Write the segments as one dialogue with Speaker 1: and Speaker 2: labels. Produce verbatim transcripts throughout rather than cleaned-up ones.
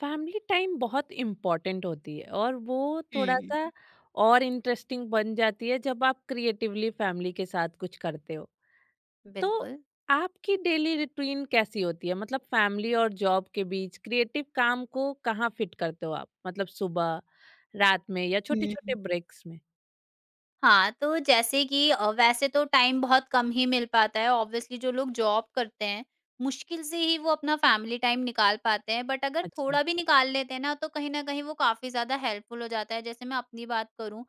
Speaker 1: Family time बहुत important होती है, और वो थोड़ा सा
Speaker 2: हुँ।
Speaker 1: और इंटरेस्टिंग बन जाती है जब आप क्रिएटिवली फैमिली के साथ कुछ करते हो। तो
Speaker 2: बिल्कुल।
Speaker 1: आपकी डेली रूटीन कैसी होती है, मतलब फैमिली और जॉब के बीच क्रिएटिव काम को कहाँ फिट करते हो आप? मतलब सुबह, रात में या छोटे
Speaker 2: हुँ,
Speaker 1: छोटे
Speaker 2: हुँ।
Speaker 1: ब्रेक्स में?
Speaker 2: हाँ, तो जैसे कि अ, वैसे तो टाइम बहुत कम ही मिल पाता है, ऑब्वियसली जो लोग जॉब करते हैं, मुश्किल से ही वो अपना फैमिली टाइम निकाल पाते हैं, बट अगर
Speaker 1: हाँ जी,
Speaker 2: थोड़ा भी निकाल लेते हैं ना, तो कहीं न कहीं वो काफ़ी ज़्यादा हेल्पफुल हो जाता है। जैसे मैं अपनी बात करूँ,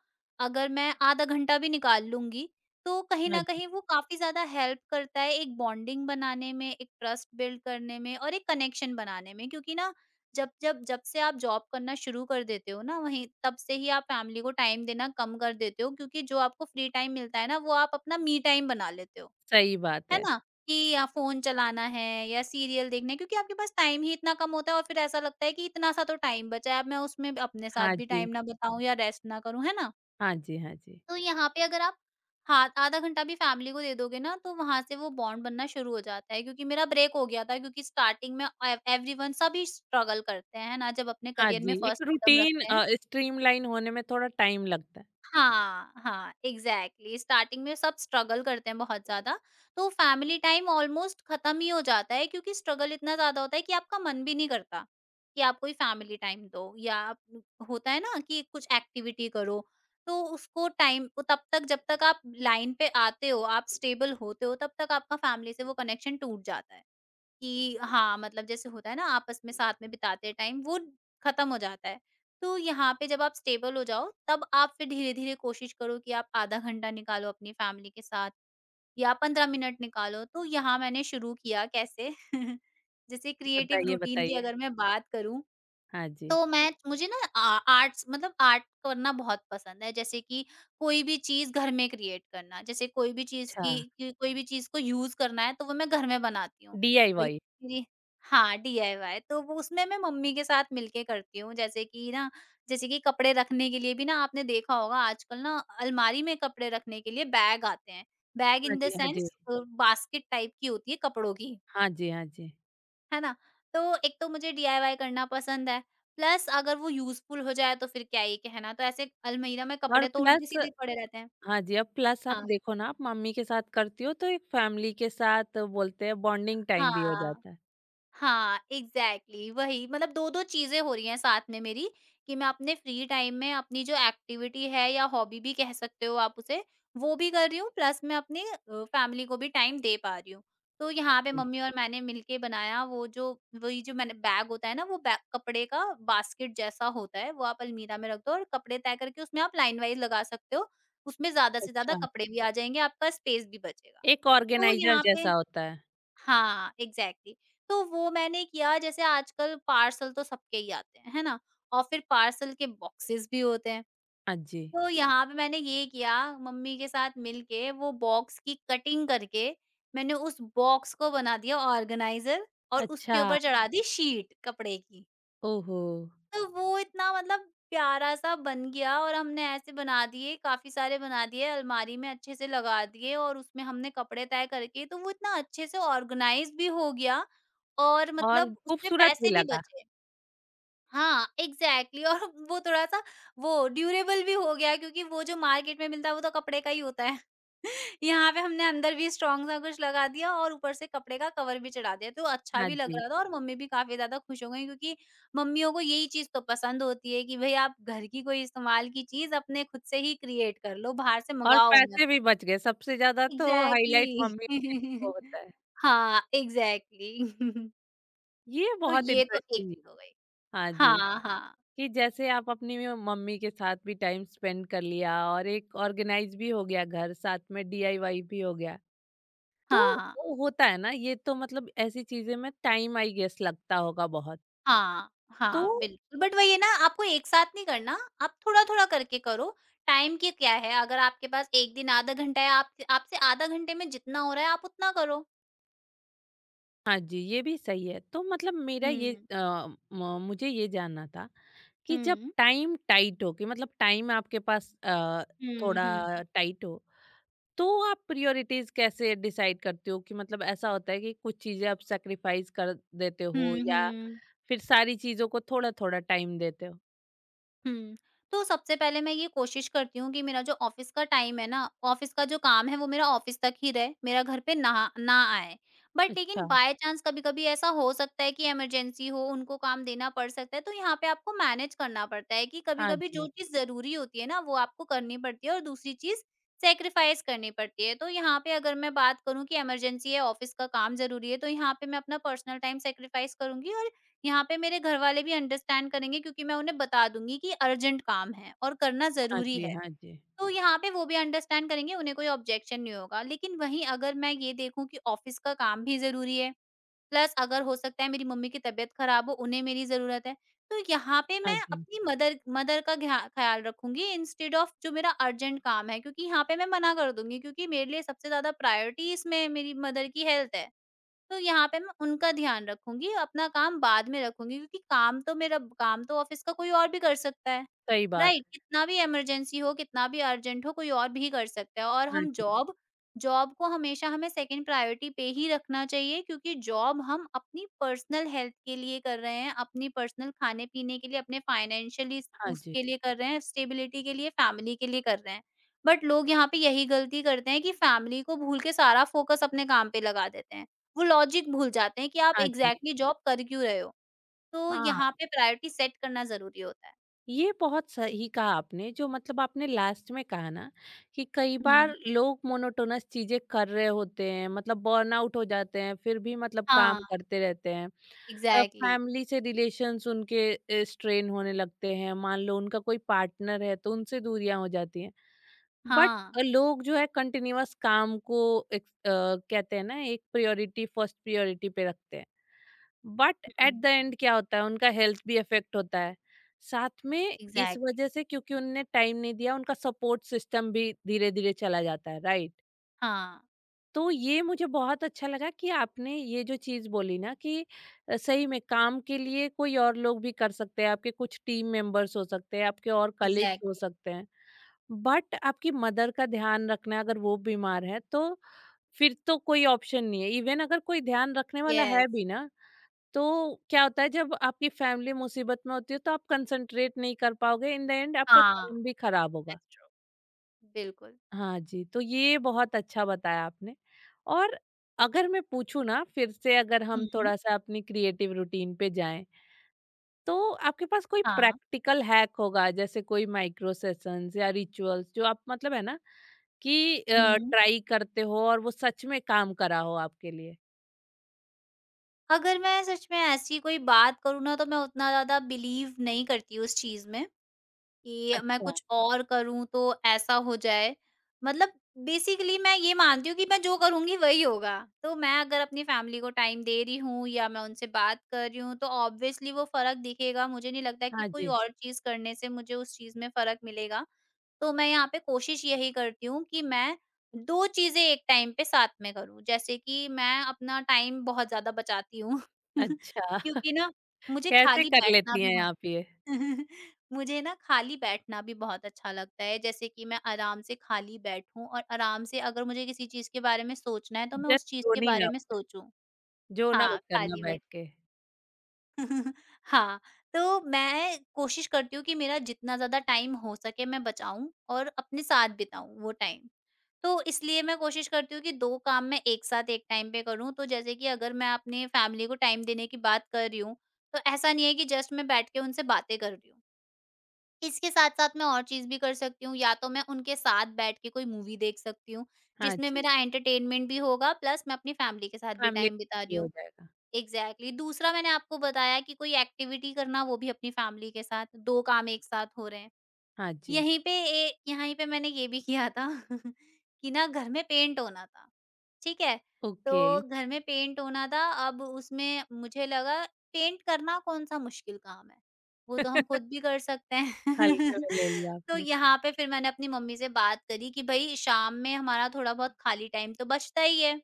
Speaker 2: अगर मैं आधा घंटा भी निकाल लूँगी, तो कहीं
Speaker 1: हाँ
Speaker 2: न
Speaker 1: जी।
Speaker 2: कहीं वो काफ़ी ज़्यादा हेल्प करता है एक बॉन्डिंग बनाने में, एक ट्रस्ट बिल्ड करने में और एक कनेक्शन बनाने में। क्योंकि ना जब जब जब से आप जॉब करना शुरू कर देते हो ना, वहीं तब से ही आप फैमिली को टाइम देना कम कर देते हो, क्योंकि जो आपको फ्री टाइम मिलता है ना, वो आप अपना मी टाइम बना लेते हो,
Speaker 1: सही बात
Speaker 2: है
Speaker 1: है।
Speaker 2: ना? कि या फ़ोन चलाना है या सीरियल देखना है, क्योंकि आपके पास टाइम ही इतना कम होता है और फिर ऐसा लगता है कि इतना सा तो टाइम बचा है, अब मैं उसमें अपने साथ
Speaker 1: हाँ
Speaker 2: भी
Speaker 1: जी,
Speaker 2: टाइम ना बिताऊँ या रेस्ट ना करूँ, है ना?
Speaker 1: हाँ जी। हाँ जी,
Speaker 2: तो यहाँ पे अगर आप हाथ आधा घंटा भी फैमिली को दे दोगे ना, तो वहाँ से वो बॉन्ड बनना शुरू हो जाता है, क्योंकि मेरा ब्रेक हो गया था। क्योंकि स्टार्टिंग में एवरीवन सभी स्ट्रगल करते हैं, है ना, जब अपने
Speaker 1: हाँ
Speaker 2: करियर
Speaker 1: जी।
Speaker 2: में
Speaker 1: एक
Speaker 2: फर्स्ट कदम
Speaker 1: रूटीन
Speaker 2: रखते हैं।
Speaker 1: स्ट्रीमलाइन होने में थोड़ा टाइम लगता है।
Speaker 2: हाँ, हाँ, एग्ज़ैक्टली, स्टार्टिंग में सब स्ट्रगल करते हैं बहुत ज़्यादा, तो फैमिली टाइम ऑलमोस्ट खत्म ही हो जाता है, क्योंकि स्ट्रगल इतना ज़्यादा होता है कि आपका मन भी नहीं करता कि आप कोई फैमिली टाइम दो या आप, होता है ना, कि कुछ एक्टिविटी करो, तो उसको टाइम तब तक, जब तक आप लाइन पे आते हो, आप स्टेबल होते हो, तब तक आपका फैमिली से वो कनेक्शन टूट जाता है। कि हाँ, मतलब जैसे होता है ना, आपस में साथ में बिताते हैं टाइम वो खत्म हो जाता है। तो यहाँ पे जब आप स्टेबल हो जाओ तब आप फिर धीरे-धीरे कोशिश करो कि आप आधा घंटा निकालो अपनी फैमिली के साथ या पंद्रह मिनट निकालो। तो यहाँ मैंने शुरू किया कैसे? जैसे क्रिएटिव
Speaker 1: बताइए,
Speaker 2: रूटीन की
Speaker 1: बताइए।
Speaker 2: अगर मैं बात करूँ,
Speaker 1: हाँ जी।
Speaker 2: तो मैं मुझे ना आ, आर्ट्स मतलब आर्ट करना बहुत पसंद है, जैसे कि कोई भी चीज घर में क्रिएट करना, जैसे कोई भी चीज
Speaker 1: अच्छा।
Speaker 2: की की- कोई भी चीज को यूज करना है तो वो मैं घर में बनाती हूँ। और ये
Speaker 1: डी आई वाई।
Speaker 2: मेरी, हाँ, डीआईवाई, तो वो उसमें मैं मम्मी के साथ मिलके करती हूँ। जैसे कि ना, जैसे कि कपड़े रखने के लिए भी ना, आपने देखा होगा आजकल ना, अलमारी में कपड़े रखने के लिए बैग आते हैं। बैग
Speaker 1: हाँ
Speaker 2: इन द
Speaker 1: जी, हाँ जी।
Speaker 2: सेंस बास्केट टाइप की होती है कपड़ों की,
Speaker 1: हाँ जी, हाँ जी।
Speaker 2: है ना? तो एक तो मुझे डीआईवाई करना पसंद है, प्लस अगर वो यूज़फुल हो जाए तो फिर क्या ही कहना। तो ऐसे अलमीरा में
Speaker 1: और
Speaker 2: कपड़े तो
Speaker 1: प्लस।
Speaker 2: उल्टे-सीधे पड़े रहते हैं।
Speaker 1: हाँ जी, अब प्लस आप
Speaker 2: हाँ,
Speaker 1: देखो ना, आप मम्मी के साथ करती हो तो एक फैमिली के साथ बोलते हैं, बॉन्डिंग टाइम भी हो
Speaker 2: हाँ।
Speaker 1: जाता है।
Speaker 2: हाँ, एग्ज़ैक्टली, वही मतलब दो दो चीज़ें हो रही हैं साथ में मेरी कि मैं अपने फ्री टाइम में अपनी जो एक्टिविटी है या हॉबी भी कह सकते हो आप उसे, वो भी कर रही हूँ, प्लस मैं अपनी अ, फैमिली को भी टाइम दे पा रही हूँ। तो
Speaker 1: हाँ
Speaker 2: यहाँ पे
Speaker 1: जी,
Speaker 2: मम्मी और मैंने मिलके बनाया वो जो, वही जो मैंने, बैग होता है ना, वो बै कपड़े का बास्केट जैसा होता है, वो आप अलमीरा में रख दो और कपड़े तय करके उसमें आप लाइन वाइज़ लगा सकते हो। उसमें ज़्यादा से ज़्यादा
Speaker 1: अच्छा।
Speaker 2: कपड़े भी आ जाएँगे, आपका स्पेस भी बचेगा।
Speaker 1: एक
Speaker 2: तो
Speaker 1: ऑर्गेनाइज़र
Speaker 2: यहाँ पे,
Speaker 1: जैसा होता है।
Speaker 2: हाँ, एग्ज़ैक्टली, तो वो मैंने किया। जैसे आजकल पार्सल तो सबके ही आते हैं, है ना? और फिर पार्सल के बॉक्सेस भी होते हैं।
Speaker 1: हाँ जी।
Speaker 2: तो यहाँ पे मैंने ये किया मम्मी के साथ मिलके वो बॉक्स की कटिंग करके मैंने उस बॉक्स को बना दिया ऑर्गनाइज़र और उसके
Speaker 1: अच्छा,
Speaker 2: ऊपर चढ़ा दी शीट कपड़े की।
Speaker 1: ओहो!
Speaker 2: तो वो इतना मतलब प्यारा-सा बन गया और हमने ऐसे बना दिए, काफ़ी सारे बना दिए, अलमारी में अच्छे से लगा दिए और उसमें हमने कपड़े तय करके तो वो इतना अच्छे से ऑर्गनाइज़ भी हो गया और
Speaker 1: और
Speaker 2: मतलब उसमें
Speaker 1: खूबसूरत
Speaker 2: पैसे
Speaker 1: भी
Speaker 2: भी
Speaker 1: लगा।
Speaker 2: बचे। हाँ, एग्ज़ैक्टली, और वो थोड़ा-सा वो ड्यूरेबल भी हो गया, क्योंकि वो जो मार्केट में मिलता है, वो तो कपड़े का ही होता है। यहाँ पे हमने अंदर भी स्ट्रॉन्ग सा कुछ लगा दिया और ऊपर से कपड़े का कवर भी चढ़ा दिया, तो अच्छा
Speaker 1: हाँ
Speaker 2: भी लग
Speaker 1: जी,
Speaker 2: रहा था और मम्मी भी काफ़ी ज़्यादा खुश हो गईं, क्योंकि मम्मियों को यही चीज़ तो पसंद होती है कि भई आप घर की कोई इस्तेमाल की चीज़ अपने खुद से ही क्रिएट कर लो, बाहर से
Speaker 1: और
Speaker 2: मँगाओ मत।
Speaker 1: पैसे भी बच गए। सबसे ज़्यादा तो हाइलाइट मम्मी
Speaker 2: एग्ज़ैक्टली।
Speaker 1: के वो होता है।
Speaker 2: हाँ, एग्ज़ैक्टली।
Speaker 1: ये
Speaker 2: तो
Speaker 1: बहुत
Speaker 2: ये तो एक
Speaker 1: इंटरेस्टिंग।
Speaker 2: चीज़ हो गई।
Speaker 1: हाँ जी।
Speaker 2: हाँ, हाँ।
Speaker 1: कि जैसे आप अपनी में मम्मी के साथ भी टाइम स्पेंड कर लिया, और एक ऑर्गेनाइज भी हो गया घर, साथ में डी आई वाई भी हो गया तो।
Speaker 2: हाँ। हाँ।
Speaker 1: वो होता है ना, ये तो मतलब ऐसी चीजें में टाइम आई गेस लगता होगा बहुत।
Speaker 2: हाँ,
Speaker 1: तो
Speaker 2: हाँ, बिल्कुल। बट वही है ना, आपको एक साथ नहीं करना, आप थोड़ा-थोड़ा करके करो। टाइम की क्या है, अगर आपके पास एक दिन आधा घंटा है, आप आपसे आधा घंटे में जितना हो रहा है आप उतना करो।
Speaker 1: हाँ जी, ये भी सही है। तो मतलब मेरा ये
Speaker 2: हुँ।
Speaker 1: अ, म- मुझे ये जानना था कि जब
Speaker 2: हुँ।
Speaker 1: टाइम टाइट हो, कि मतलब टाइम आपके पास अ,
Speaker 2: हुँ, हुँ।
Speaker 1: थोड़ा टाइट हो, तो आप प्रायोरिटीज कैसे डिसाइड करते हो, कि मतलब ऐसा होता है कि कुछ चीजें आप सैक्रिफाइस कर देते हो,
Speaker 2: हुँ,
Speaker 1: या
Speaker 2: हुँ।
Speaker 1: फिर सारी चीजों को थोड़ा थोड़ा टाइम देते हो?
Speaker 2: हुँ। तो सबसे पहले मैं ये कोशिश करती हूँ कि मेरा जो ऑफ़िस का टाइम है ना, ऑफ़िस का जो काम है वो मेरा ऑफ़िस तक ही रहे, मेरा घर पे ना ना आए। बट लेकिन
Speaker 1: अच्छा।
Speaker 2: बाय चांस कभी-कभी ऐसा हो सकता है कि इमरजेंसी हो, उनको काम देना पड़ सकता है, तो यहाँ पे आपको मैनेज करना पड़ता है कि
Speaker 1: हाँ
Speaker 2: कभी-कभी जो
Speaker 1: जी,
Speaker 2: चीज़ ज़रूरी होती है ना, वो आपको करनी पड़ती है और दूसरी चीज़ सैक्रिफ़ाइस करनी पड़ती है। तो यहाँ पे अगर मैं बात करूँ कि इमरजेंसी है, ऑफ़िस का काम ज़रूरी है, तो यहाँ पे मैं अपना पर्सनल टाइम सैक्रिफ़ाइस करूँगी और यहाँ पे मेरे घरवाले भी अंडरस्टैंड करेंगे, क्योंकि मैं उन्हें बता दूँगी कि अर्जेंट काम है और करना
Speaker 1: हाँ
Speaker 2: ज़रूरी
Speaker 1: जी।
Speaker 2: है।
Speaker 1: हाँ जी,
Speaker 2: तो यहाँ पे वो भी अंडरस्टैंड करेंगे, उन्हें कोई ऑब्जेक्शन नहीं होगा। लेकिन वहीं अगर मैं ये देखूँ कि ऑफ़िस का काम भी ज़रूरी है, प्लस अगर हो सकता है मेरी मम्मी की तबीयत ख़राब हो, उन्हें मेरी ज़रूरत है। तो यहाँ पे
Speaker 1: हाँ
Speaker 2: मैं
Speaker 1: जी।
Speaker 2: अपनी मदर मदर का ध्या ख़्याल रखूँगी इंस्टेड ऑफ़ जो मेरा अर्जेंट काम है, क्योंकि यहाँ पे मैं मना कर दूँगी, क्योंकि मेरे लिए सबसे ज़्यादा प्रायोरिटी इसमें मेरी मदर की हेल्थ है। तो यहाँ पे मैं उनका ध्यान रखूँगी, अपना काम बाद में रखूँगी, क्योंकि काम तो मेरा काम तो ऑफ़िस का कोई और भी कर सकता है,
Speaker 1: सही बात।
Speaker 2: राइट? कितना भी इमरजेंसी हो, कितना भी अर्जेंट हो, कोई और भी कर सकता है और
Speaker 1: हाँ
Speaker 2: हम
Speaker 1: जी,
Speaker 2: जॉब जॉब को हमेशा हमें सेकंड प्रायोरिटी पे ही रखना चाहिए, क्योंकि जॉब हम अपनी पर्सनल हेल्थ के लिए कर रहे हैं, अपनी पर्सनल खाने-पीने के लिए, अपने फाइनेंशियली
Speaker 1: हाँ जी।
Speaker 2: उसके लिए कर रहे हैं, स्टेबिलिटी के लिए, फैमिली के लिए कर रहे हैं। बट लोग यहाँ पे यही गलती करते हैं कि फैमिली को भूल के सारा फ़ोकस अपने काम पे लगा देते हैं। वो लॉजिक भूल जाते हैं कि आप
Speaker 1: हाँ जी।
Speaker 2: एग्ज़ैक्टली जॉब कर क्यों रहे हो? तो
Speaker 1: हाँ।
Speaker 2: यहाँ पे प्रायोरिटी सेट करना ज़रूरी होता है।
Speaker 1: ये बहुत सही कहा आपने, जो मतलब आपने लास्ट में कहा ना कि कई
Speaker 2: हुँ।
Speaker 1: बार लोग मोनोटोनस चीजें कर रहे होते हैं, मतलब बर्न आउट हो जाते हैं, फिर भी मतलब काम
Speaker 2: हाँ,
Speaker 1: करते रहते हैं।
Speaker 2: एग्ज़ैक्टली।
Speaker 1: फैमिली से रिलेशंस उनके स्ट्रेन होने लगते हैं। मान लो उनका कोई पार्टनर है तो उनसे दूरियां हो जाती हैं। बट
Speaker 2: हाँ।
Speaker 1: लोग जो है कंटिन्यूअस काम को एक, अ, कहते हैं ना, एक प्रायोरिटी, फर्स्ट प्रायोरिटी पे रखते हैं। But
Speaker 2: hmm.
Speaker 1: At the end क्या होता है, उनका हेल्थ भी अफेक्ट होता है साथ में, इस
Speaker 2: एग्ज़ैक्टली।
Speaker 1: वजह से क्योंकि उनने टाइम नहीं दिया उनका सपोर्ट सिस्टम भी धीरे धीरे चला जाता है, राइट?
Speaker 2: हाँ,
Speaker 1: तो ये मुझे बहुत अच्छा लगा कि आपने ये जो चीज़ बोली ना, कि अ, सही में काम के लिए कोई और लोग भी कर सकते हैं, आपके कुछ टीम मेंबर्स हो सकते हैं, आपके और कलीग्स हो
Speaker 2: एग्ज़ैक्टली।
Speaker 1: सकते हैं। बट आपकी मदर का ध्यान रखना, अगर वो बीमार है तो फिर तो कोई ऑप्शन नहीं है। इवन अगर कोई ध्यान रखने वाला है
Speaker 2: येस।
Speaker 1: भी ना, तो क्या होता है, जब आपकी फैमिली मुसीबत में होती है तो आप कंसंट्रेट नहीं कर पाओगे, इन द एंड आपका
Speaker 2: हाँ,
Speaker 1: काम भी खराब होगा।
Speaker 2: दैट्स ट्रू, बिल्कुल।
Speaker 1: हाँ जी, तो ये बहुत अच्छा बताया आपने। और अगर मैं पूछूँ ना, फिर से अगर हम
Speaker 2: हुँ।
Speaker 1: थोड़ा-सा अपनी क्रिएटिव रूटीन पे जाएँ, तो आपके पास कोई
Speaker 2: हाँ।
Speaker 1: प्रैक्टिकल हैक होगा, जैसे कोई माइक्रो सेशंस या रिचुअल्स जो आप मतलब है ना कि अ,
Speaker 2: हुँ।
Speaker 1: ट्राई करते हो और वो सच में काम करा हो आपके लिए?
Speaker 2: अगर मैं सच में ऐसी कोई बात करूँ ना, तो मैं उतना ज़्यादा बिलीव नहीं करती उस चीज़ में कि मैं
Speaker 1: अच्छा।
Speaker 2: कुछ और करूँ तो ऐसा हो जाए। मतलब बेसिकली मैं ये मानती हूँ कि मैं जो करूँगी वही होगा। तो मैं अगर अपनी फैमिली को टाइम दे रही हूँ या मैं उनसे बात कर रही हूँ, तो ऑब्वियसली वो फ़र्क दिखेगा। मुझे नहीं लगता कि
Speaker 1: हाँ
Speaker 2: कोई
Speaker 1: जी।
Speaker 2: और चीज़ करने से मुझे उस चीज़ में फ़र्क मिलेगा। तो मैं यहाँ पे कोशिश यही करती हूँ कि मैं दो चीज़ें एक टाइम पे साथ में करूँ। जैसे कि मैं अपना टाइम बहुत ज़्यादा बचाती हूँ
Speaker 1: अच्छा,
Speaker 2: क्योंकि ना मुझे
Speaker 1: कैसे
Speaker 2: खाली
Speaker 1: कर
Speaker 2: बैठना
Speaker 1: लेती
Speaker 2: भी
Speaker 1: हैं
Speaker 2: बहुत
Speaker 1: आप ये?
Speaker 2: मुझे ना खाली बैठना भी बहुत अच्छा लगता है, जैसे कि मैं आराम से खाली बैठूं और आराम से अगर मुझे किसी चीज के बारे में सोचना है तो मैं
Speaker 1: जस्ट
Speaker 2: उस चीज के
Speaker 1: ज़ोनिंग
Speaker 2: बारे
Speaker 1: आउट,
Speaker 2: में सोचूं।
Speaker 1: ज़ोन
Speaker 2: हाँ,
Speaker 1: आउट करना
Speaker 2: खाली
Speaker 1: बैठ
Speaker 2: बैठ के।
Speaker 1: के।
Speaker 2: हाँ। तो मैं कोशिश करती हूँ कि मेरा जितना ज्यादा टाइम हो सके मैं बचाऊं और अपने साथ बिताऊं वो टाइम। तो इसलिए मैं कोशिश करती हूँ कि दो काम मैं एक साथ एक टाइम पे करूँ। तो जैसे कि अगर मैं अपने फैमिली को टाइम देने की बात कर रही हूँ, तो ऐसा नहीं है कि जस्ट मैं बैठ के उनसे बातें कर रही हूँ, इसके साथ-साथ मैं और चीज़ भी कर सकती हूँ, या तो मैं उनके साथ बैठ के कोई मूवी देख सकती हूँ,
Speaker 1: हाँ
Speaker 2: जिसमें
Speaker 1: जी,
Speaker 2: मेरा एंटरटेनमेंट भी होगा, प्लस मैं अपनी फैमिली के साथ भी
Speaker 1: फैमिली
Speaker 2: टाइम बिता रही
Speaker 1: हो
Speaker 2: हूँ।
Speaker 1: जाएगा।
Speaker 2: एग्ज़ैक्टली। दूसरा मैंने आपको बताया कि कोई एक्टिविटी करना, वो भी अपनी फैमिली के साथ, दो काम एक साथ हो रहे हैं।
Speaker 1: हाँ जी,
Speaker 2: यहीं पे ए यहीं पे मैंने ये भी किया था, कि ना घर में पेंट होना था, ठीक है? तो
Speaker 1: ओके।
Speaker 2: घर में पेंट होना था, अब उसमें मुझे लगा पेंट करना कौन-सा मुश्किल काम है, वो तो हम खुद भी कर सकते हैं।
Speaker 1: हल्के में ले लिया
Speaker 2: तो
Speaker 1: आपने।
Speaker 2: यहाँ पे फिर मैंने अपनी मम्मी से बात करी कि भई शाम में हमारा थोड़ा बहुत खाली टाइम तो बचता ही है,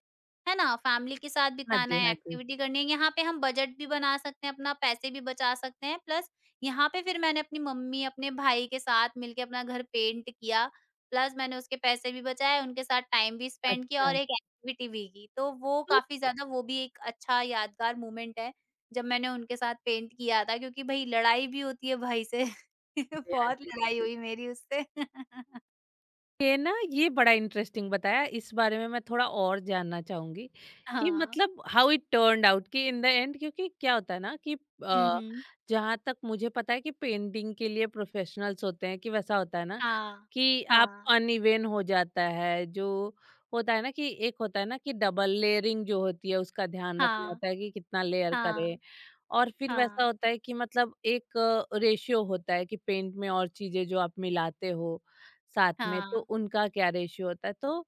Speaker 2: है ना? फैमिली के साथ
Speaker 1: हाँ
Speaker 2: बिताना
Speaker 1: जी,
Speaker 2: है,
Speaker 1: हाँ जी।
Speaker 2: एक्टिविटी करनी है, यहाँ पे हम बजट भी बना सकते हैं, अपना पैसे भी बचा सकते हैं प्लस यहाँ पे फिर मैंने अपनी मम्मी, अपने भाई के साथ मिलके अपना घर पेंट किया, प्लस मैंने उसके पैसे भी बचाए, उनके साथ टाइम भी स्पेंड किया
Speaker 1: अच्छा,
Speaker 2: और एक एक्टिविटी भी की। तो वो
Speaker 1: तो हाँ
Speaker 2: काफ़ी ज़्यादा वो भी एक अच्छा यादगार मोमेंट है, जब मैंने उनके साथ पेंट किया था क्योंकि भई लड़ाई भी होती है भाई से।
Speaker 1: जी, हाँ
Speaker 2: बहुत
Speaker 1: जी।
Speaker 2: लड़ाई हुई मेरी उससे।
Speaker 1: ये ना, ये बड़ा इंटरेस्टिंग बताया। इस बारे में मैं थोड़ा और जानना चाहूँगी कि
Speaker 2: हाँ।
Speaker 1: मतलब हाउ इट टर्न्ड आउट, कि इन द एंड, क्योंकि क्या होता है ना कि
Speaker 2: हुँ,
Speaker 1: अ,
Speaker 2: हुँ।
Speaker 1: जहाँ तक मुझे पता है कि पेंटिंग के लिए प्रोफेशनल्स होते हैं, कि वैसा होता है ना
Speaker 2: हाँ।
Speaker 1: कि आप
Speaker 2: हाँ।
Speaker 1: अनइवन हो जाता है, जो होता है ना कि एक होता है ना कि डबल लेयरिंग जो होती है उसका ध्यान रखना
Speaker 2: हाँ।
Speaker 1: होता है कि कितना लेयर करें।
Speaker 2: हाँ।
Speaker 1: और फिर वैसा
Speaker 2: हाँ।
Speaker 1: होता है कि मतलब एक रेशियो होता है कि पेंट में और चीजें जो आप मिलाते हो साथ में, तो
Speaker 2: हाँ।
Speaker 1: उनका क्या रेशियो होता है, तो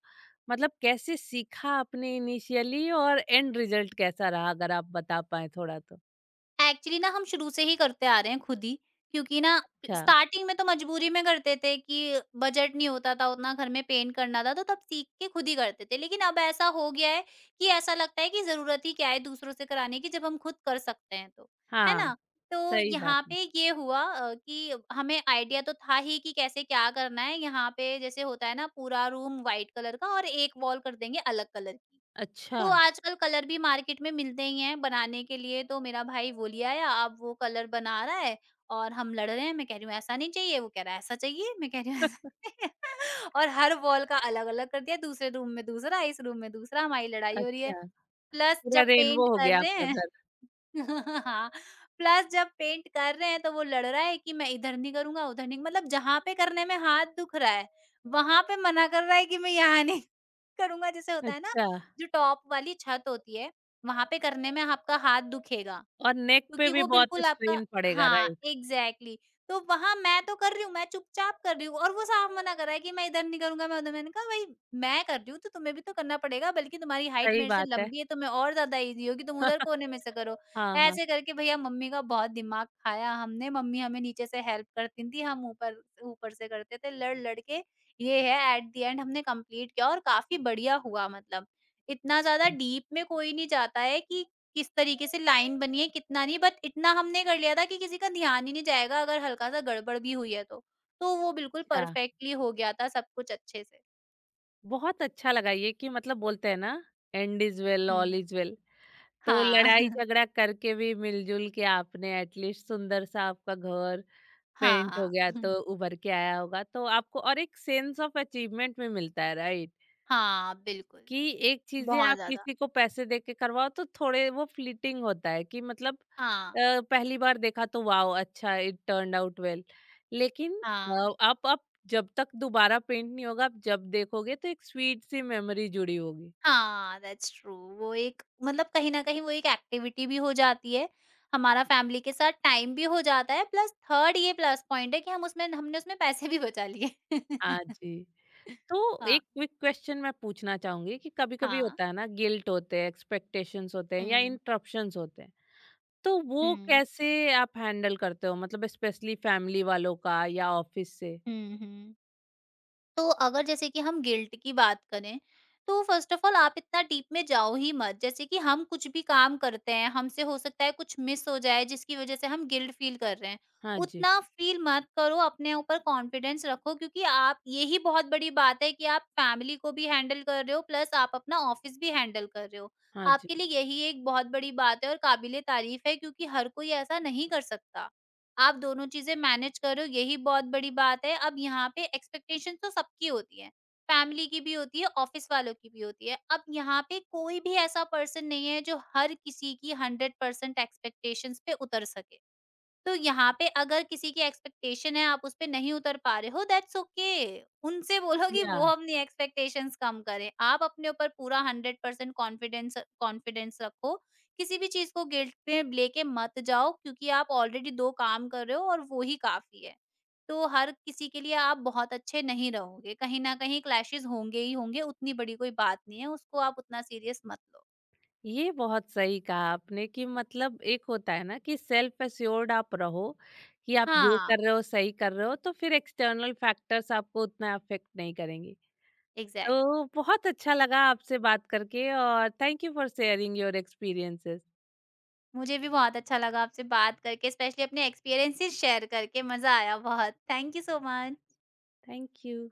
Speaker 1: मतलब कैसे सीखा आपने इनिशियली, और एंड रिजल्ट कैसा रहा अगर आप बता पाए थोड़ा तो।
Speaker 2: एक्चुअली ना हम शुरू से ही करते आ रहे हैं खुद ही, क्योंकि ना
Speaker 1: अच्छा।
Speaker 2: स्टार्टिंग में तो मजबूरी में करते थे कि बजट नहीं होता था उतना, घर में पेंट करना था, तो तब सीख के खुद ही करते थे। लेकिन अब ऐसा हो गया है कि ऐसा लगता है कि ज़रूरत ही क्या है दूसरों से कराने की जब हम खुद कर सकते हैं तो, है
Speaker 1: हाँ।
Speaker 2: ना? तो
Speaker 1: सही बात
Speaker 2: यहाँ
Speaker 1: है।
Speaker 2: पे ये हुआ अ, कि हमें आइडिया तो था ही कि कैसे क्या करना है, यहाँ पे जैसे होता है ना पूरा रूम व्हाइट कलर का और एक वॉल कर देंगे अलग कलर की।
Speaker 1: अच्छा।
Speaker 2: तो आजकल कलर भी मार्केट में मिलते ही हैं बनाने के लिए, तो मेरा भाई वो ले आया, अब वो कलर बना रहा है और हम लड़ रहे हैं। मैं कह रही हूँ ऐसा नहीं चाहिए, वो कह रहा है ऐसा चाहिए, मैं कह रही हूँ ऐसा और हर वॉल का अलग-अलग कर दिया, दूसरे रूम में दूसरा, इस रूम में दूसरा, हमारी लड़ाई हो रही
Speaker 1: अच्छा,
Speaker 2: है। प्लस
Speaker 1: पूरा
Speaker 2: जब पेंट
Speaker 1: रेनबो हो
Speaker 2: कर
Speaker 1: गया
Speaker 2: रहे
Speaker 1: आपका
Speaker 2: हैं
Speaker 1: घर।
Speaker 2: हाँ, प्लस जब पेंट कर रहे हैं तो वो लड़ रहा है कि मैं इधर नहीं करूँगा, उधर नहीं मतलब जहाँ पे करने में हाथ दुख रहा है, वहाँ पे मना कर रहा है कि मैं यहाँ नहीं करूँगा जैसे होता है ना,
Speaker 1: अच्छा।
Speaker 2: जो टॉप वाली छत होती है, वहाँ पे करने में आपका हाथ दुखेगा।
Speaker 1: और नेक पे
Speaker 2: क्योंकि
Speaker 1: भी
Speaker 2: वो
Speaker 1: बहुत
Speaker 2: बिल्कुल आपका
Speaker 1: स्ट्रेन पड़ेगा,
Speaker 2: हाँ,
Speaker 1: राइट?
Speaker 2: एग्ज़ैक्टली तो वहाँ मैं तो कर रही हूँ, मैं चुपचाप कर रही हूँ और वो साफ मना कर रहा है कि मैं इधर नहीं करूँगा, मैं उधर मैंने कहा भई मैं कर रही हूँ तो तुम्हें भी तो करना पड़ेगा बल्कि तुम्हारी हाइट
Speaker 1: सही
Speaker 2: मेरे से
Speaker 1: बात है।
Speaker 2: लंबी है, तुम्हें और ज़्यादा ईज़ी होगी, तुम उधर कोने में से करो।
Speaker 1: हाँ, हाँ।
Speaker 2: ऐसे करके भैया मम्मी का बहुत दिमाग खाया हमने, मम्मी हमें नीचे से हेल्प करती थी, हम ऊपर ऊपर से करते थे लड़-लड़ के ये है एट द एंड हमने कंप्लीट किया और काफ़ी बढ़िया हुआ मतलब। इतना
Speaker 1: अच्छा।
Speaker 2: ज़्यादा डीप में कोई नहीं जाता है कि किस तरीके से लाइन बनी है, कितना नहीं बट इतना हमने कर लिया था कि किसी का ध्यान ही नहीं जाएगा अगर हल्का-सा गड़बड़ भी हुई है तो। तो वो बिल्कुल
Speaker 1: अच्छा।
Speaker 2: परफेक्टली हो गया था सब कुछ अच्छे से।
Speaker 1: बहुत अच्छा लगा ये कि मतलब बोलते हैं ना, and is well
Speaker 2: hmm.
Speaker 1: All is well. तो
Speaker 2: हाँ।
Speaker 1: लड़ाई झगड़ा करके भी मिलजुल के आपने एटलीस्ट सुंदर सा आपका घर पेंट हो
Speaker 2: हाँ।
Speaker 1: गया, तो
Speaker 2: हम्म,
Speaker 1: उभर के आया होगा, तो आपको और एक सेंस ऑफ अचीवमेंट भी मिलता है, राइट?
Speaker 2: हाँ, बिल्कुल।
Speaker 1: कि एक चीजें
Speaker 2: बहुत
Speaker 1: आप
Speaker 2: ज़्यादा।
Speaker 1: किसी को पैसे दे के करवाओ तो थोड़े वो फ्लीटिंग होता है कि मतलब,
Speaker 2: हाँ,
Speaker 1: अ, पहली बार देखा तो वाओ, अच्छा, इट टर्न आउट वेल। लेकिन
Speaker 2: हाँ,
Speaker 1: अ, आप आप जब तक दोबारा पेंट नहीं होगा, आप जब देखोगे तो एक स्वीट सी मेमोरी जुड़ी होगी।
Speaker 2: हाँ, दैट्स ट्रू। वो एक मतलब कहीं न कहीं वो एक एक्टिविटी भी हो जाती है, हमारा फैमिली के साथ टाइम भी हो जाता है प्लस थर्ड ये प्लस पॉइंट है कि हम उसमें हमने उसमें पैसे भी बचा लिए।
Speaker 1: हाँ जी। तो
Speaker 2: हाँ,
Speaker 1: एक क्विक क्वेश्चन मैं पूछना चाहूंगी कि कभी-कभी
Speaker 2: हाँ।
Speaker 1: होता है ना, गिल्ट होते हैं, एक्सपेक्टेशंस होते हैं या
Speaker 2: हुँ।
Speaker 1: इंटरप्शंस होते हैं। तो वो
Speaker 2: हुँ।
Speaker 1: कैसे आप हैंडल करते हो? मतलब स्पेशली फैमिली वालों का या ऑफिस से?
Speaker 2: हुँ, हुँ। तो अगर जैसे कि हम गिल्ट की बात करें, तो फ़र्स्ट ऑफ़ ऑल आप इतना डीप में जाओ ही मत। जैसे कि हम कुछ भी काम करते हैं, हमसे हो सकता है कुछ मिस हो जाए जिसकी वज़ह से हम गिल्ट फ़ील कर रहे हैं।
Speaker 1: हाँ जी,
Speaker 2: उतना फ़ील मत करो, अपने ऊपर कॉन्फिडेंस रखो क्योंकि आप ये ही बहुत बड़ी बात है कि आप फ़ैमिली को भी हैंडल कर रहे हो प्लस आप अपना ऑफ़िस भी हैंडल कर रहे हो।
Speaker 1: हाँ जी।
Speaker 2: आपके लिए यही एक बहुत बड़ी बात है और काबिल-ए-तारीफ़ है क्योंकि हर कोई ऐसा नहीं कर सकता। आप दोनों चीज़ें मैनेज करो यही बहुत बड़ी बात है। अब यहाँ पे एक्सपेक्टेशन तो सबकी होती है, फैमिली की भी होती है, ऑफ़िस वालों की भी होती है। अब यहाँ पे कोई भी ऐसा पर्सन नहीं है जो हर किसी की हंड्रेड परसेंट एक्सपेक्टेशंस पे उतर सके। तो यहाँ पे अगर किसी की एक्सपेक्टेशन है, आप उस पे नहीं उतर पा रहे हो दैट्स ओके। उनसे बोलो कि
Speaker 1: या
Speaker 2: वो अपनी एक्सपेक्टेशंस कम करें। आप अपने ऊपर पूरा हंड्रेड परसेंट कॉन्फिडेंस कॉन्फिडेंस रखो। किसी भी चीज़ को गिल्ट में लेके मत जाओ क्योंकि आप ऑलरेडी दो काम कर रहे हो और वो ही काफ़ी है। तो हर किसी के लिए आप बहुत अच्छे नहीं रहोगे। कहीं न कहीं क्लैशेज़ होंगे ही होंगे, उतनी बड़ी कोई बात नहीं है, उसको आप उतना सीरियस मत लो।
Speaker 1: ये बहुत सही कहा आपने कि मतलब एक होता है ना कि सेल्फ एश्योर्ड आप रहो, कि आप जो
Speaker 2: हाँ,
Speaker 1: कर रहे हो सही कर रहे हो तो फिर एक्सटर्नल फैक्टर्स आपको उतना अफेक्ट नहीं करेंगे।
Speaker 2: एग्ज़ैक्ट
Speaker 1: तो बहुत अच्छा लगा आपसे बात करके, और thank you for sharing your experiences.
Speaker 2: मुझे भी बहुत अच्छा लगा आपसे बात करके, स्पेशली अपने एक्सपीरियंसेस शेयर करके मज़ा आया बहुत। Thank you so much.
Speaker 1: Thank you.